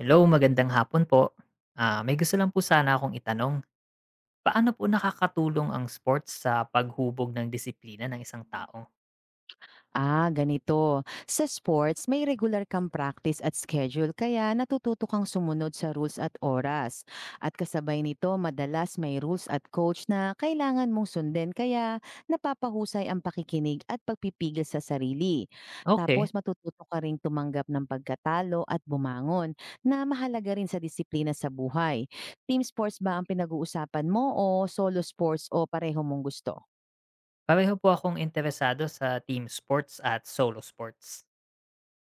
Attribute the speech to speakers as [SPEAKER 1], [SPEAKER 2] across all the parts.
[SPEAKER 1] Hello, magandang hapon po. May gusto lang po sana akong itanong. Paano po nakakatulong ang sports sa paghubog ng disiplina ng isang tao?
[SPEAKER 2] Ganito. Sa sports, may regular kang practice at schedule kaya natututo kang sumunod sa rules at oras. At kasabay nito, madalas may rules at coach na kailangan mong sundin kaya napapahusay ang pakikinig at pagpipigil sa sarili.
[SPEAKER 1] Okay,
[SPEAKER 2] Tapos matututo ka ring tumanggap ng pagkatalo at bumangon na mahalaga rin sa disiplina sa buhay. Team sports ba ang pinag-uusapan mo o solo sports o pareho mong gusto?
[SPEAKER 1] pareho po akong interesado sa team sports at solo sports.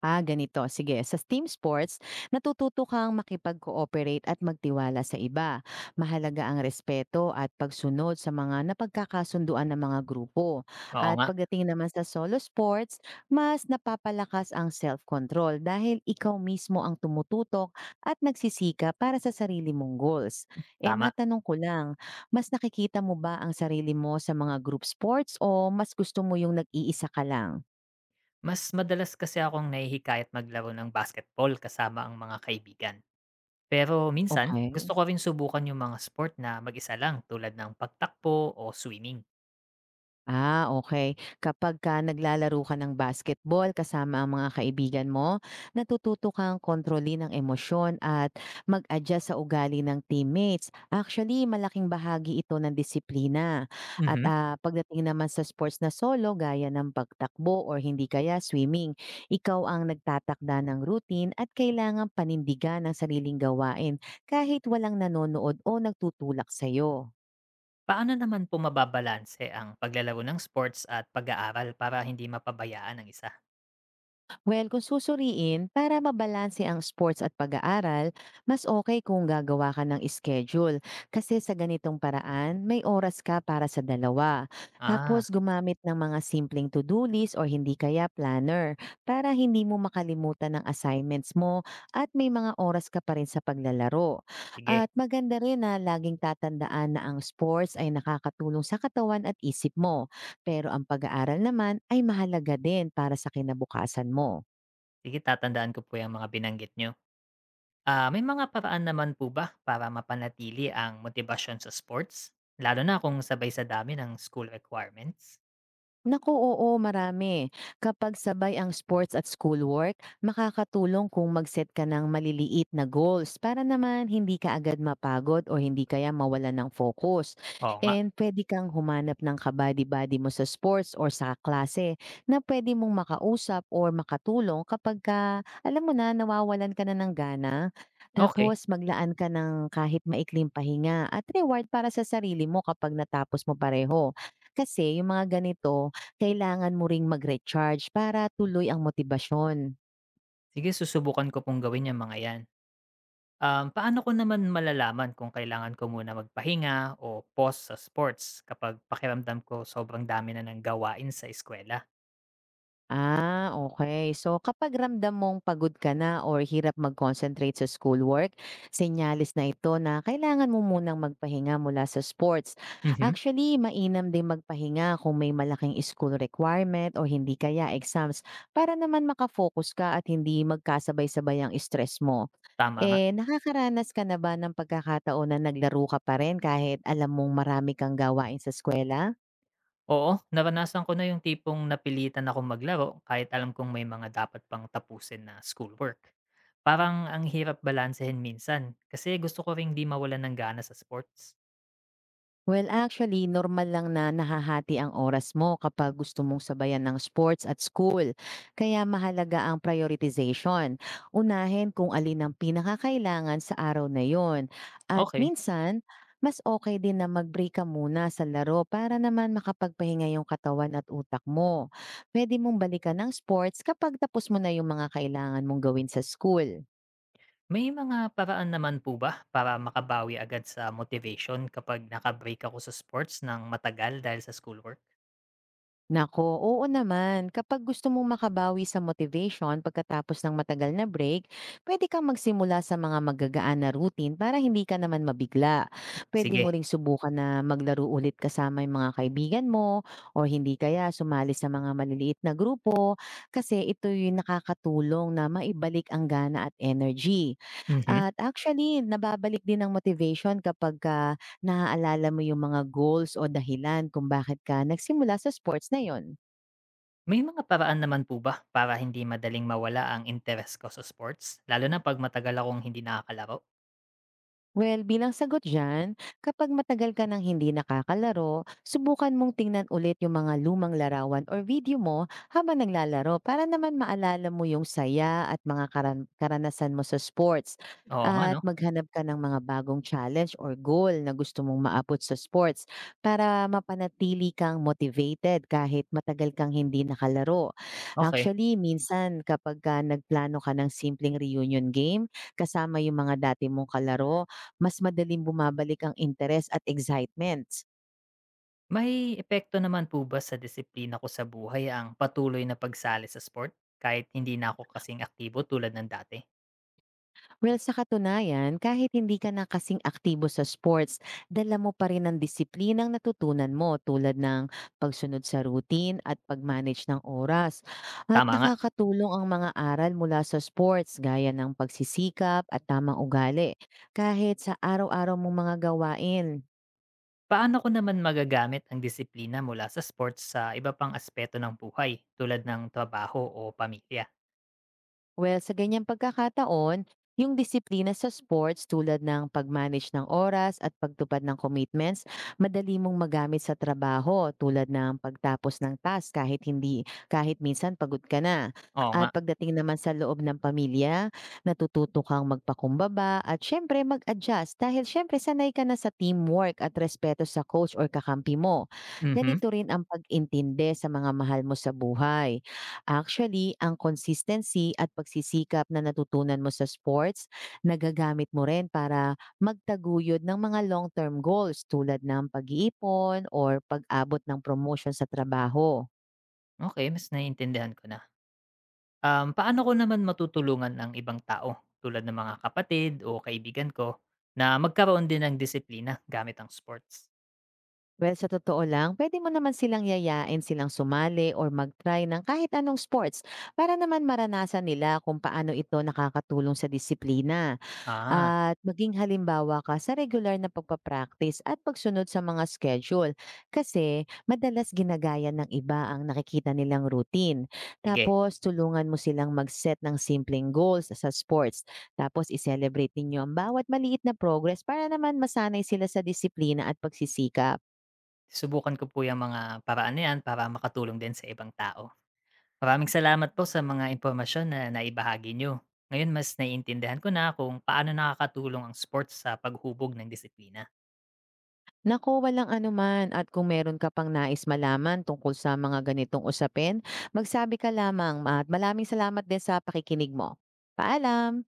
[SPEAKER 2] Ganito. Sige, sa team sports, natututo kang makipag-cooperate at magtiwala sa iba. Mahalaga ang respeto at pagsunod sa mga napagkakasunduan ng mga grupo.
[SPEAKER 1] Oo
[SPEAKER 2] At
[SPEAKER 1] nga,
[SPEAKER 2] pagdating naman sa solo sports, mas napapalakas ang self-control dahil ikaw mismo ang tumututok at nagsisika para sa sarili mong goals. Eh,
[SPEAKER 1] tama.
[SPEAKER 2] matanong ko lang, mas nakikita mo ba ang sarili mo sa mga group sports o mas gusto mo yung nag-iisa ka lang?
[SPEAKER 1] Mas madalas kasi akong nahihikayat maglaro ng basketball kasama ang mga kaibigan. Pero minsan,
[SPEAKER 2] Okay.
[SPEAKER 1] gusto ko rin subukan yung mga sport na mag-isa lang tulad ng pagtakbo o swimming.
[SPEAKER 2] Okay, kapag naglalaro ka ng basketball kasama ang mga kaibigan mo, natututo kang kontrolin ang emosyon at mag-adjust sa ugali ng teammates. Actually, malaking bahagi ito ng disiplina. At,
[SPEAKER 1] Mhm.
[SPEAKER 2] pagdating naman sa sports na solo gaya ng pagtakbo or hindi kaya swimming, ikaw ang nagtatakda ng routine at kailangan panindigan ang sariling gawain kahit walang nanonood o nagtutulak sa'yo.
[SPEAKER 1] Paano naman po mababalanse ang paglalaro ng sports at pag-aaral para hindi mapabayaan ang isa?
[SPEAKER 2] Well, kung susuriin, para mabalanse ang sports at pag-aaral, mas okay kung gagawa ka ng schedule. Kasi sa ganitong paraan, may oras ka para sa dalawa.
[SPEAKER 1] Ah,
[SPEAKER 2] Tapos gumamit ng mga simpleng to-do list or hindi kaya planner para hindi mo makalimutan ng assignments mo at may mga oras ka pa rin sa paglalaro.
[SPEAKER 1] sige.
[SPEAKER 2] At maganda rin na laging tatandaan na ang sports ay nakakatulong sa katawan at isip mo. Pero ang pag-aaral naman ay mahalaga din para sa kinabukasan mo.
[SPEAKER 1] Sige, tatandaan ko po yung mga binanggit nyo. May mga paraan naman po ba para mapanatili ang motibasyon sa sports? Lalo na kung sabay sa dami ng school requirements?
[SPEAKER 2] Naku, oo, marami. Kapag sabay ang sports at schoolwork, makakatulong kung mag-set ka ng maliliit na goals para naman hindi ka agad mapagod o hindi kaya mawala ng focus.
[SPEAKER 1] Oo nga.
[SPEAKER 2] And pwede kang humanap ng kabady-body mo sa sports or sa klase na pwede mong makausap or makatulong kapag ka, alam mo na, nawawalan ka na ng gana.
[SPEAKER 1] Okay.
[SPEAKER 2] Tapos maglaan ka ng kahit maikling pahinga at reward para sa sarili mo kapag natapos mo pareho. Kasi yung mga ganito, kailangan mo ring mag-recharge para tuloy ang motibasyon.
[SPEAKER 1] Sige, susubukan ko pong gawin yung mga 'yan. Paano ko naman malalaman kung kailangan ko muna magpahinga o pause sa sports kapag pakiramdam ko sobrang dami na ng gawain sa eskuwela?
[SPEAKER 2] Okay. So, kapag ramdam mong pagod ka na or hirap mag-concentrate sa schoolwork, senyales na ito na kailangan mo munang magpahinga mula sa sports.
[SPEAKER 1] Mhm.
[SPEAKER 2] Actually, mainam din magpahinga kung may malaking school requirement o hindi kaya exams para naman ka at hindi magkasabay-sabay ang stress mo.
[SPEAKER 1] Tama nga.
[SPEAKER 2] Eh, nakakaranas ka na ba ng pagkakataon na naglaro ka pa rin kahit alam mong marami kang gawain sa eskuwela?
[SPEAKER 1] Oo, naranasan ko na yung tipong napilitan akong maglaro kahit alam kong may mga dapat pang tapusin na schoolwork. Parang ang hirap balansehin minsan kasi gusto ko ring di mawala ng gana sa sports.
[SPEAKER 2] Well, actually, normal lang na nahahati ang oras mo kapag gusto mong sabayan ng sports at school. Kaya mahalaga ang prioritization. Unahin kung alin ang pinakakailangan sa araw na yon. At
[SPEAKER 1] Okay.
[SPEAKER 2] minsan, mas okay din na mag-break ka muna sa laro para naman makapagpahinga yung katawan at utak mo. Pwede mong balikan ng sports kapag tapos mo na yung mga kailangan mong gawin sa school.
[SPEAKER 1] May mga paraan naman po ba para makabawi agad sa motivation kapag nakabreak ako sa sports ng matagal dahil sa schoolwork?
[SPEAKER 2] Naku, oo naman. Kapag gusto mong makabawi sa motivation pagkatapos ng matagal na break, pwede kang magsimula sa mga magagaan na routine para hindi ka naman mabigla. Pwede
[SPEAKER 1] Sige.
[SPEAKER 2] mo ring subukan na maglaro ulit kasama yung mga kaibigan mo o hindi kaya sumali sa mga maliliit na grupo kasi ito yung nakakatulong na maibalik ang gana at energy.
[SPEAKER 1] Mhm.
[SPEAKER 2] At actually, nababalik din ang motivation kapag naaalala mo yung mga goals o dahilan kung bakit ka nagsimula sa sports na yon.
[SPEAKER 1] May mga paraan naman po ba para hindi madaling mawala ang interest ko sa sports? Lalo na pag matagal akong hindi nakakalaro?
[SPEAKER 2] Well, bilang sagot dyan, kapag matagal ka nang hindi nakakalaro, subukan mong tingnan ulit yung mga lumang larawan or video mo habang naglalaro para naman maalala mo yung saya at mga karanasan mo sa sports.
[SPEAKER 1] Oo nga
[SPEAKER 2] At
[SPEAKER 1] no?
[SPEAKER 2] maghanap ka ng mga bagong challenge or goal na gusto mong maabot sa sports para mapanatili kang motivated kahit matagal kang hindi nakalaro.
[SPEAKER 1] Okay.
[SPEAKER 2] Actually, minsan kapag ka nagplano ka ng simpleng reunion game kasama yung mga dati mong kalaro, mas madaling bumabalik ang interes at excitements.
[SPEAKER 1] May epekto naman po ba sa disiplina ko sa buhay ang patuloy na pagsali sa sport kahit hindi na ako kasing aktibo tulad ng dati?
[SPEAKER 2] Well, sa katunayan, kahit hindi ka na kasing aktibo sa sports, dala mo pa rin ang disiplinang natutunan mo tulad ng pagsunod sa routine at pag-manage ng oras. At
[SPEAKER 1] Tama nga.
[SPEAKER 2] nakakatulong ang mga aral mula sa sports gaya ng pagsisikap at tamang ugali kahit sa araw-araw mong mga gawain.
[SPEAKER 1] Paano ko naman magagamit ang disiplina mula sa sports sa iba pang aspeto ng buhay tulad ng trabaho o pamilya?
[SPEAKER 2] Well, sa ganyang pagkakataon, yung disiplina sa sports tulad ng pag-manage ng oras at pagtupad ng commitments, madali mong magamit sa trabaho tulad ng pagtapos ng task kahit minsan pagod ka na.
[SPEAKER 1] Oo nga.
[SPEAKER 2] At pagdating naman sa loob ng pamilya, natututo kang magpakumbaba at syempre mag-adjust dahil syempre sanay ka na sa teamwork at respeto sa coach or kakampi mo.
[SPEAKER 1] Mhm.
[SPEAKER 2] Ganito rin ang pag-intindi sa mga mahal mo sa buhay. Actually, ang consistency at pagsisikap na natutunan mo sa sports, nagagamit mo rin para magtaguyod ng mga long-term goals tulad ng pag-iipon or pag-abot ng promotion sa trabaho.
[SPEAKER 1] Okay, mas naiintindihan ko na. Paano ko naman matutulungan ang ibang tao tulad ng mga kapatid o kaibigan ko na magkaroon din ng disiplina gamit ang sports?
[SPEAKER 2] Well, sa totoo lang, pwede mo naman yayain silang sumali or mag-try ng kahit anong sports para naman maranasan nila kung paano ito nakakatulong sa disiplina.
[SPEAKER 1] Ah,
[SPEAKER 2] At maging halimbawa ka sa regular na pagpapractice at pagsunod sa mga schedule kasi madalas ginagaya ng iba ang nakikita nilang routine.
[SPEAKER 1] sige.
[SPEAKER 2] Tapos tulungan mo silang mag-set ng simpleng goals sa sports. Tapos i-celebrate ninyo ang bawat maliit na progress para naman masanay sila sa disiplina at pagsisikap.
[SPEAKER 1] Subukan ko po 'yang mga paraan na 'yan para makatulong din sa ibang tao. Maraming salamat po sa mga impormasyon na naibahagi nyo. Ngayon mas naiintindihan ko na kung paano nakakatulong ang sports sa paghubog ng disiplina.
[SPEAKER 2] Nako, walang anuman at kung meron ka pang nais malaman tungkol sa mga ganitong usapin, magsabi ka lamang at maraming salamat din sa pakikinig mo. Paalam!